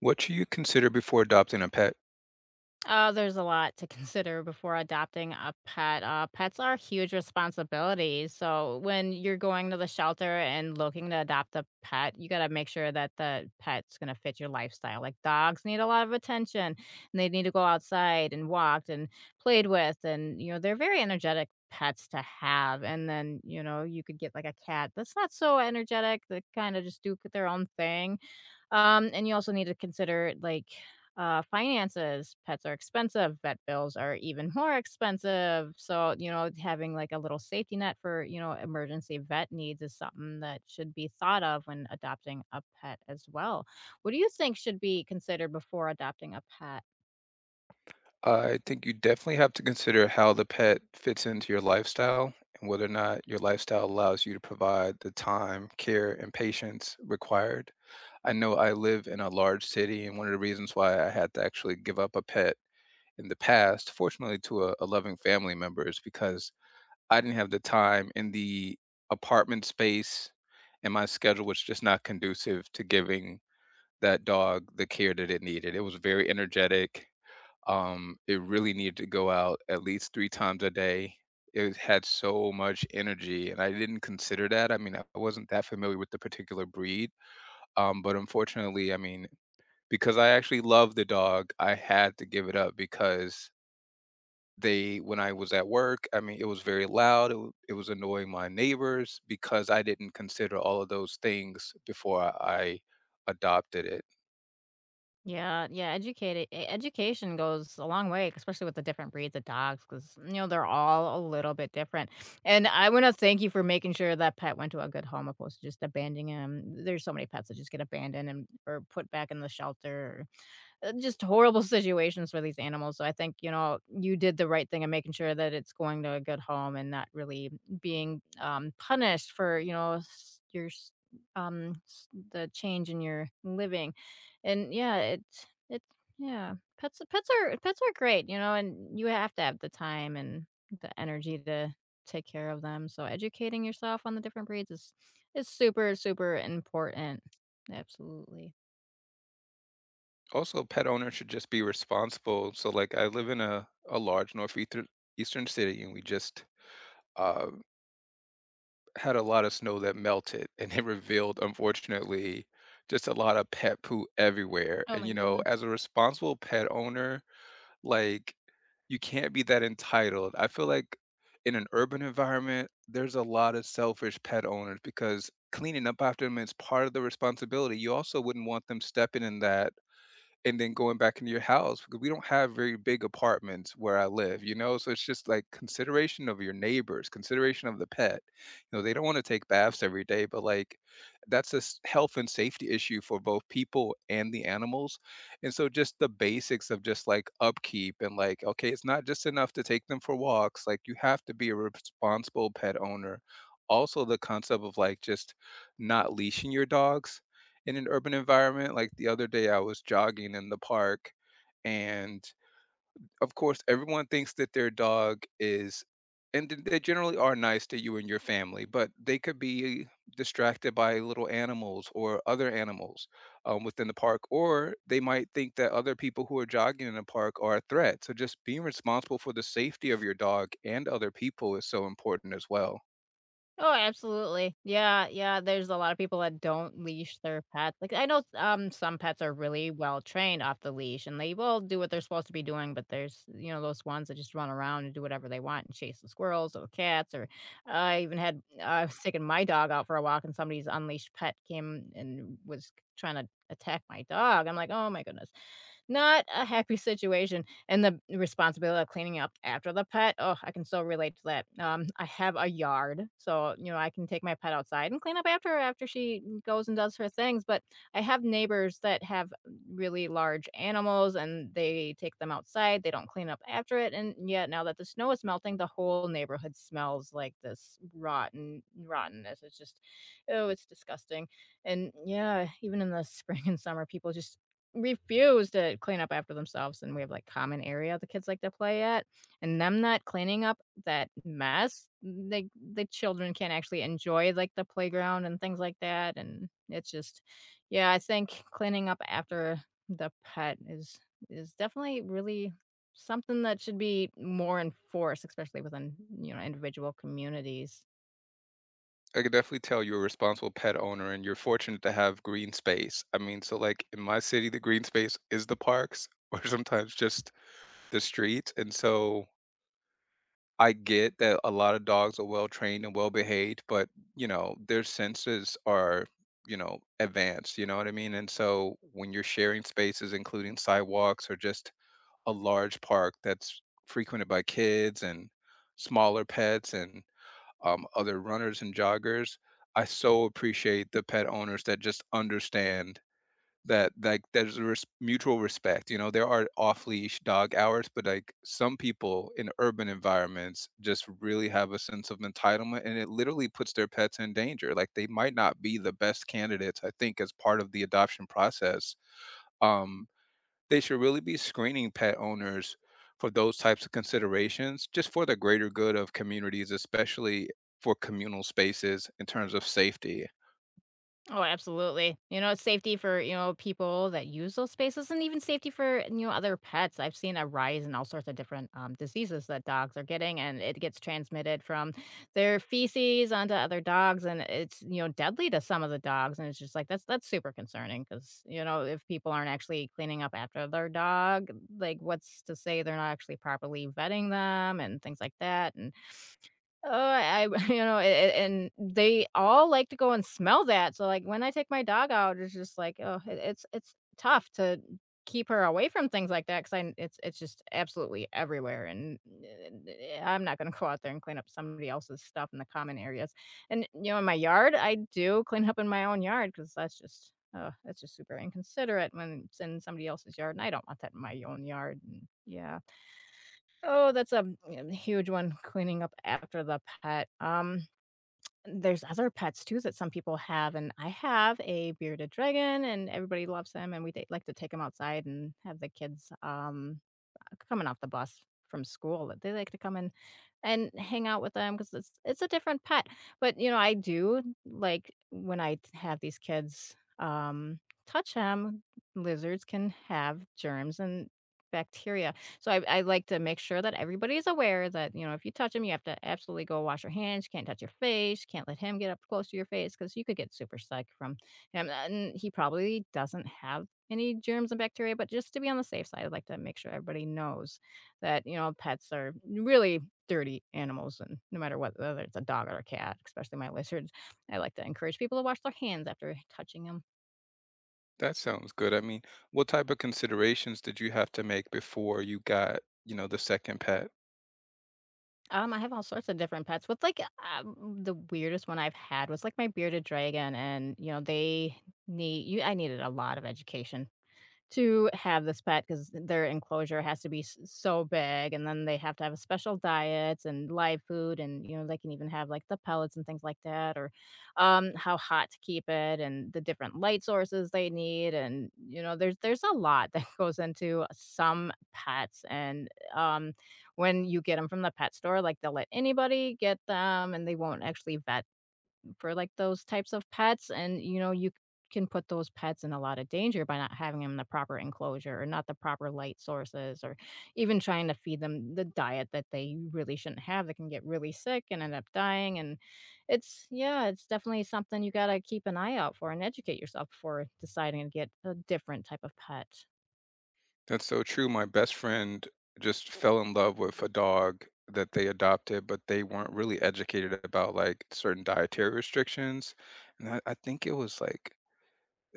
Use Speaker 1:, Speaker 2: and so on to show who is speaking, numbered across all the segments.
Speaker 1: What should you consider before adopting a pet?
Speaker 2: Oh, there's a lot to consider before adopting a pet. Pets are huge responsibilities. So when you're going to the shelter and looking to adopt a pet, you got to make sure that the pet's going to fit your lifestyle. Like dogs need a lot of attention and they need to go outside and walked and played with. And, you know, they're very energetic pets to have. And then, you know, you could get like a cat that's not so energetic, that kind of just do their own thing and you also need to consider like finances. Pets are expensive. Vet bills are even more expensive. So, you know, having like a little safety net for, you know, emergency vet needs is something that should be thought of when adopting a pet as well. What do you think should be considered before adopting a pet?
Speaker 1: I think you definitely have to consider how the pet fits into your lifestyle and whether or not your lifestyle allows you to provide the time, care, and patience required. I know I live in a large city, and one of the reasons why I had to actually give up a pet in the past, fortunately to a loving family member, is because I didn't have the time in the apartment space, and my schedule was just not conducive to giving that dog the care that it needed. It was very energetic. It really needed to go out at least 3 times a day. It had so much energy, and I didn't consider that. I mean, I wasn't that familiar with the particular breed, but unfortunately, I mean, because I actually love the dog, I had to give it up because they when I was at work, I mean, it was very loud, it was annoying my neighbors because I didn't consider all of those things before I adopted it.
Speaker 2: Yeah, yeah, educated e education goes a long way, especially with the different breeds of dogs, because you know, they're all a little bit different, and I wanna thank you for making sure that pet went to a good home opposed to just abandoning him. There's so many pets that just get abandoned and or put back in the shelter, just horrible situations for these animals. So I think, you know, you did the right thing in making sure that it's going to a good home and not really being punished for, you know, um s- the change in your living. And yeah, it's Pets are great, you know, and you have to have the time and the energy to take care of them. So educating yourself on the different breeds is super important. Absolutely.
Speaker 1: Also, pet owners should just be responsible. So, like, I live in a large northeastern eastern city, and we just uh, had a lot of snow that melted, and it revealed, unfortunately, just a lot of pet poo everywhere.
Speaker 2: Oh
Speaker 1: And
Speaker 2: my
Speaker 1: you know,
Speaker 2: goodness.
Speaker 1: as a responsible pet owner, like, you can't be that entitled. I feel like in an urban environment, there's a lot of selfish pet owners because cleaning up after them is part of the responsibility. You also wouldn't want them stepping in that and then going back into your house because we don't have very big apartments where I live, you know? So it's just like consideration of your neighbors, consideration of the pet. You know, they don't want to take baths every day, but like health and safety issue for both people and the animals. And so just the basics of just like upkeep and like, okay, it's not just enough to take them for walks. Like you have to be a responsible pet owner. Also, the concept of like just not leashing your dogs in an urban environment. Like the other day, I was jogging in the park, and of course, everyone thinks that their dog is, and they generally are nice to you and your family, but they could be distracted by little animals or other animals within the park, or they might think that other people who are jogging in the park are a threat. So, just being responsible for the safety of your dog and other people is so important as well.
Speaker 2: Oh, absolutely. Yeah, yeah, there's a lot of people that don't leash their pets. Like, I know, some pets are really well trained off the leash and they will do what they're supposed to be doing, but there's, you know, those ones that just run around and do whatever they want and chase the squirrels or cats. Or I even had, I was taking my dog out for a walk and somebody's unleashed pet came and was trying to attack my dog. I'm like, oh my goodness. Not a happy situation, and the responsibility of cleaning up after the pet, oh, I can so relate to that. I have a yard, so, you know, I can take my pet outside and clean up after her after she goes and does her things, but I have neighbors that have really large animals, and they take them outside, they don't clean up after it, and yet now that the snow is melting, the whole neighborhood smells like this rottenness. It's just oh, it's disgusting, and yeah, even in the spring and summer, people just refuse to clean up after themselves, and we have, like, common area the kids like to play at, and them not cleaning up that mess, the children can't actually enjoy, like, the playground and things like that, and it's just yeah, I think cleaning up after the pet is definitely really something that should be more enforced, especially within, you know, individual communities.
Speaker 1: I could definitely tell you're a responsible pet owner, and you're fortunate to have green space. I mean, so like in my city, the green space is the parks or sometimes just the streets. And so I get that a lot of dogs are well trained and well behaved, but you know, their senses are, you know, advanced, you know what I mean? And so when you're sharing spaces, including sidewalks or just a large park that's frequented by kids and smaller pets and other runners and joggers. I so appreciate the pet owners that just understand that like there's a mutual respect. You know, there are off leash dog hours, but like some people in urban environments just really have a sense of entitlement, and it literally puts their pets in danger. Like they might not be the best candidates, I think, as part of the adoption process. Um, they should really be screening pet owners for those types of considerations, just for the greater good of communities, especially for communal spaces in terms of safety.
Speaker 2: Oh, absolutely. You know, it's safety for, you know, people that use those spaces and even safety for, you know, other pets. I've seen a rise in all sorts of different diseases that dogs are getting, and it gets transmitted from their feces onto other dogs. And it's, you know, deadly to some of the dogs. And it's just like, that's super concerning because, you know, if people aren't actually cleaning up after their dog, like what's to say they're not actually properly vetting them and things like that. And oh, I you know, a and they all like to go and smell that, so, like, when I take my dog out, it's just like, oh, it's tough to keep her away from things like that because I it's just absolutely everywhere, and I'm not gonna go out there and clean up somebody else's stuff in the common areas, and, you know, in my yard, I do clean up in my own yard because that's just oh, that's just super inconsiderate when it's in somebody else's yard, and I don't want that in my own yard, and yeah. Oh, that's a, mm, yeah, huge one, cleaning up after the pet. There's other pets too that some people have, and I have a bearded dragon, and everybody loves them, and we ta like to take them outside and have the kids, coming off the bus from school that they like to come in and hang out with them because it's a different pet. But you know, I do like when I have these kids, touch them. Lizards can have germs and bacteria, so I like to make sure that everybody's aware that you know if you touch them, you have to absolutely go wash your hands. You can't touch your face. You can't let him get up close to your face because you could get super sick from him. And he probably doesn't have any germs and bacteria, but just to be on the safe side, I'd like to make sure everybody knows that, you know, pets are really dirty animals and no matter what whether it's a dog or a cat, especially my lizards, I like to encourage people to wash their hands after touching them.
Speaker 1: That sounds good. I mean, what type of considerations did you have to make before you got, you know, the second pet?
Speaker 2: I have all sorts of different pets with like the weirdest one I've had was like my bearded dragon and you know, they need you I needed a lot of education to have this pet because their enclosure has to be so big and then they have to have a special diet and live food and you know they can even have like the pellets and things like that or how hot to keep it and the different light sources they need and you know there's a lot that goes into some pets and um when you get them from the pet store like they'll let anybody get them and they won't actually vet for like those types of pets and you know you can put those pets in a lot of danger by not having them in the proper enclosure or not the proper light sources or even trying to feed them the diet that they really shouldn't have. They can get really sick and end up dying and it's yeah it's definitely something you got to keep an eye out for and educate yourself before deciding to get a different type of pet.
Speaker 1: That's so true. My best friend just fell in love with a dog that they adopted, but they weren't really educated about like certain dietary restrictions. And I think it was like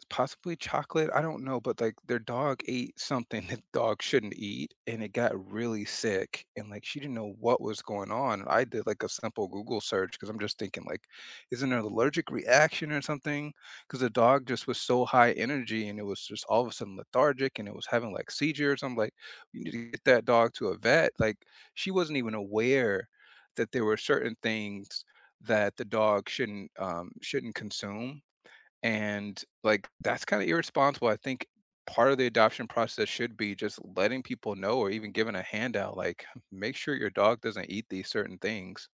Speaker 1: possibly chocolate, I don't know, but, like, their dog ate something that dogs shouldn't eat, and it got really sick, and, like, she didn't know what was going on. I did, like, a simple Google search because 'cause I'm just thinking, like, "Isn't there an allergic reaction or something? Because the dog just was so high energy, and it was just all of a sudden lethargic, and it was having, like, seizures." I'm like, "You need to get that dog to a vet." Like, she wasn't even aware that there were certain things that the dog shouldn't consume, and, like, that's kinda irresponsible. I think part of the adoption process should be just letting people know or even giving a handout, like, "Make sure your dog doesn't eat these certain things."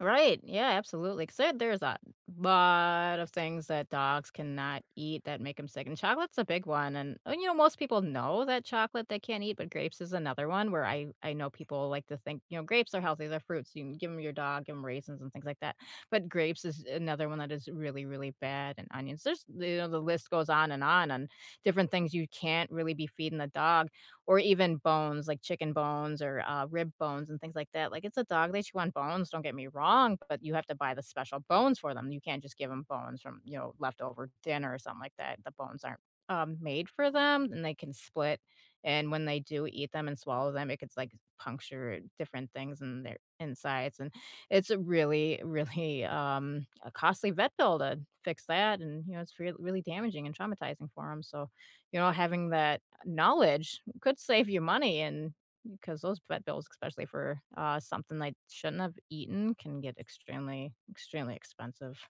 Speaker 2: Right. Yeah, absolutely. Because there's a lot of things that dogs cannot eat that make them sick, and chocolate's a big one, and, you know, most people know that chocolate they can't eat, but grapes is another one where I know people like to think, you know, grapes are healthy, they're fruits, you can give them your dog, give 'em raisins and things like that, but grapes is another one that is really, really bad, and onions. There's you know, the list goes on and on on different things you can't really be feeding the dog or even bones, like chicken bones or, rib bones and things like that. Like, it's a dog, they chew on bones, don't get me wrong, but you have to buy the special bones for them. You can't just give them bones from, you know, leftover dinner or something like that. The bones aren't, made for them, and they can split, and when they do eat them and swallow them, it could, like, puncture different things in their insides, and it's a really, really, a costly vet bill to fix that, and, you know, it's real really damaging and traumatizing for them. So, you know, having that knowledge could save you money and because those vet bills, especially for, something they shouldn't have eaten, can get extremely, extremely expensive.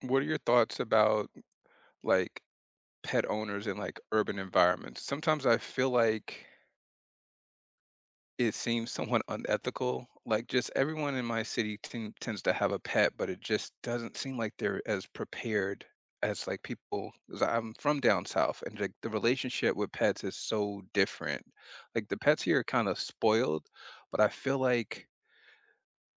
Speaker 1: What are your thoughts about, like, pet owners in, like, urban environments? Sometimes I feel like it seems somewhat unethical. Like just everyone in my city tends to have a pet, but it just doesn't seem like they're as prepared as like people. 'Cause I'm from down south, and like the relationship with pets is so different. Like the pets here are kind of spoiled, but I feel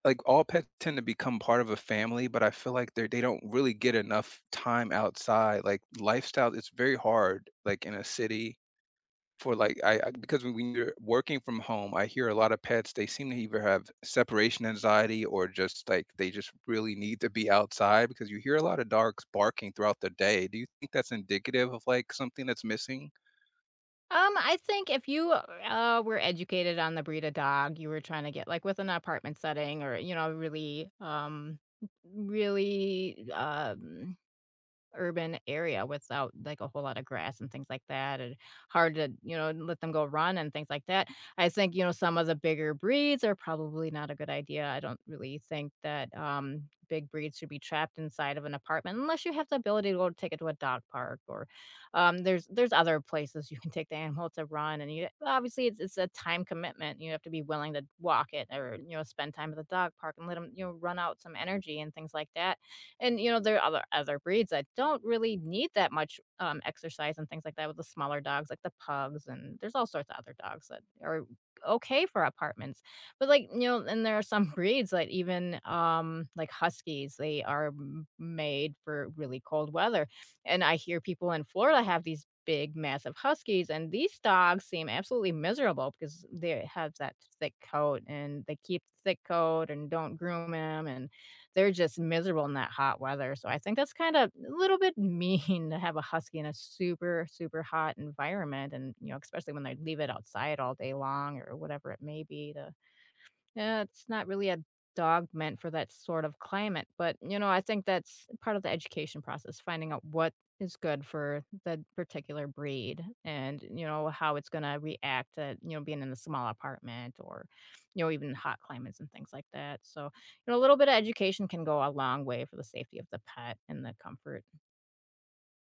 Speaker 1: like all pets tend to become part of a family, but I feel like they don't really get enough time outside. Like lifestyle, it's very hard. Like in a city, for like I because when you're working from home, I hear a lot of pets, they seem to either have separation anxiety or just like they just really need to be outside because you hear a lot of dogs barking throughout the day. Do you think that's indicative of like something that's missing?
Speaker 2: I think if you, were educated on the breed of dog you were trying to get, like, with an apartment setting or, you know, really, urban area without like a whole lot of grass and things like that and hard to you know let them go run and things like that, I think you know some of the bigger breeds are probably not a good idea. I don't really think that big breeds should be trapped inside of an apartment unless you have the ability to go take it to a dog park or there's other places you can take the animal to run and you obviously it's a time commitment you have to be willing to walk it or you know spend time at the dog park and let them you know run out some energy and things like that and, you know, there are other breeds that don't really need that much, exercise and things like that with the smaller dogs, like the pugs, and there's all sorts of other dogs that are okay for apartments. But, like, you know and there are some breeds that even, like huskies, they are m made for really cold weather, and I hear people in Florida have these big, massive huskies, and these dogs seem absolutely miserable because they have that thick coat, and they keep the thick coat and don't groom them and they're just miserable in that hot weather, so I think that's kinda a little bit mean to have a husky in a super, super hot environment and, you know, especially when they leave it outside all day long or whatever it may be to yeah, it's not really a dog meant for that sort of climate, but you know, I think that's part of the education process, finding out what is good for the particular breed and you know how it's going to react to you know being in a small apartment or you know even hot climates and things like that so you know a little bit of education can go a long way for the safety of the pet and the comfort.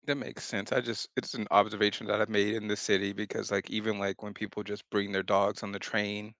Speaker 1: That makes sense. I just it's an observation that I've made in the city because like even like when people just bring their dogs on the train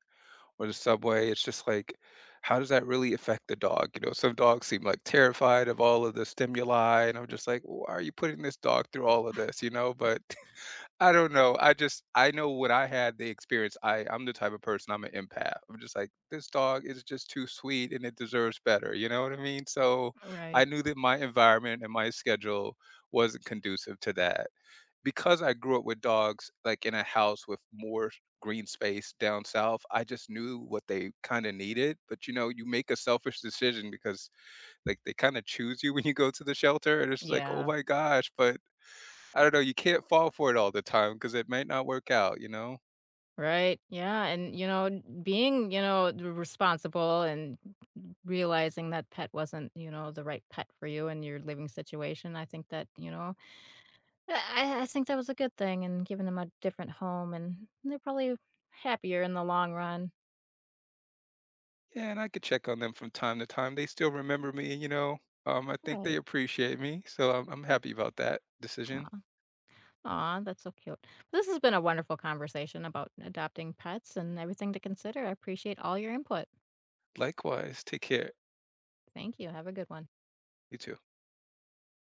Speaker 1: or the subway. It's just like, how does that really affect the dog? You know, some dogs seem like terrified of all of the stimuli, and I'm just like, why are you putting this dog through all of this? You know, but I don't know. I just I know what I had the experience. I'm the type of person. I'm an empath. I'm just like this dog is just too sweet and it deserves better. You know what I mean? So I
Speaker 2: Right.
Speaker 1: knew that my environment and my schedule wasn't conducive to that because I grew up with dogs, like, in a house with more green space down south, I just knew what they kinda needed, but, you know, you make a selfish decision because, like, they kinda choose you when you go to the shelter, and it's just like, "Oh
Speaker 2: Yeah.
Speaker 1: my gosh," but I don't know, you can't fall for it all the time because it might not work out, you know?
Speaker 2: Right. Yeah. And, you know, being, you know, responsible and realizing that pet wasn't, you know, the right pet for you and your living situation. I think that, you know, I think that was a good thing and giving them a different home and they're probably happier in the long run.
Speaker 1: Yeah, and I could check on them from time to time, they still remember me, you know? I think they
Speaker 2: Right.
Speaker 1: appreciate me, so I'm happy about that decision.
Speaker 2: Aw, that's so cute. This has been a wonderful conversation about adopting pets and everything to consider. I appreciate all your input.
Speaker 1: Likewise, take care.
Speaker 2: Thank you. Have a good one.
Speaker 1: You too.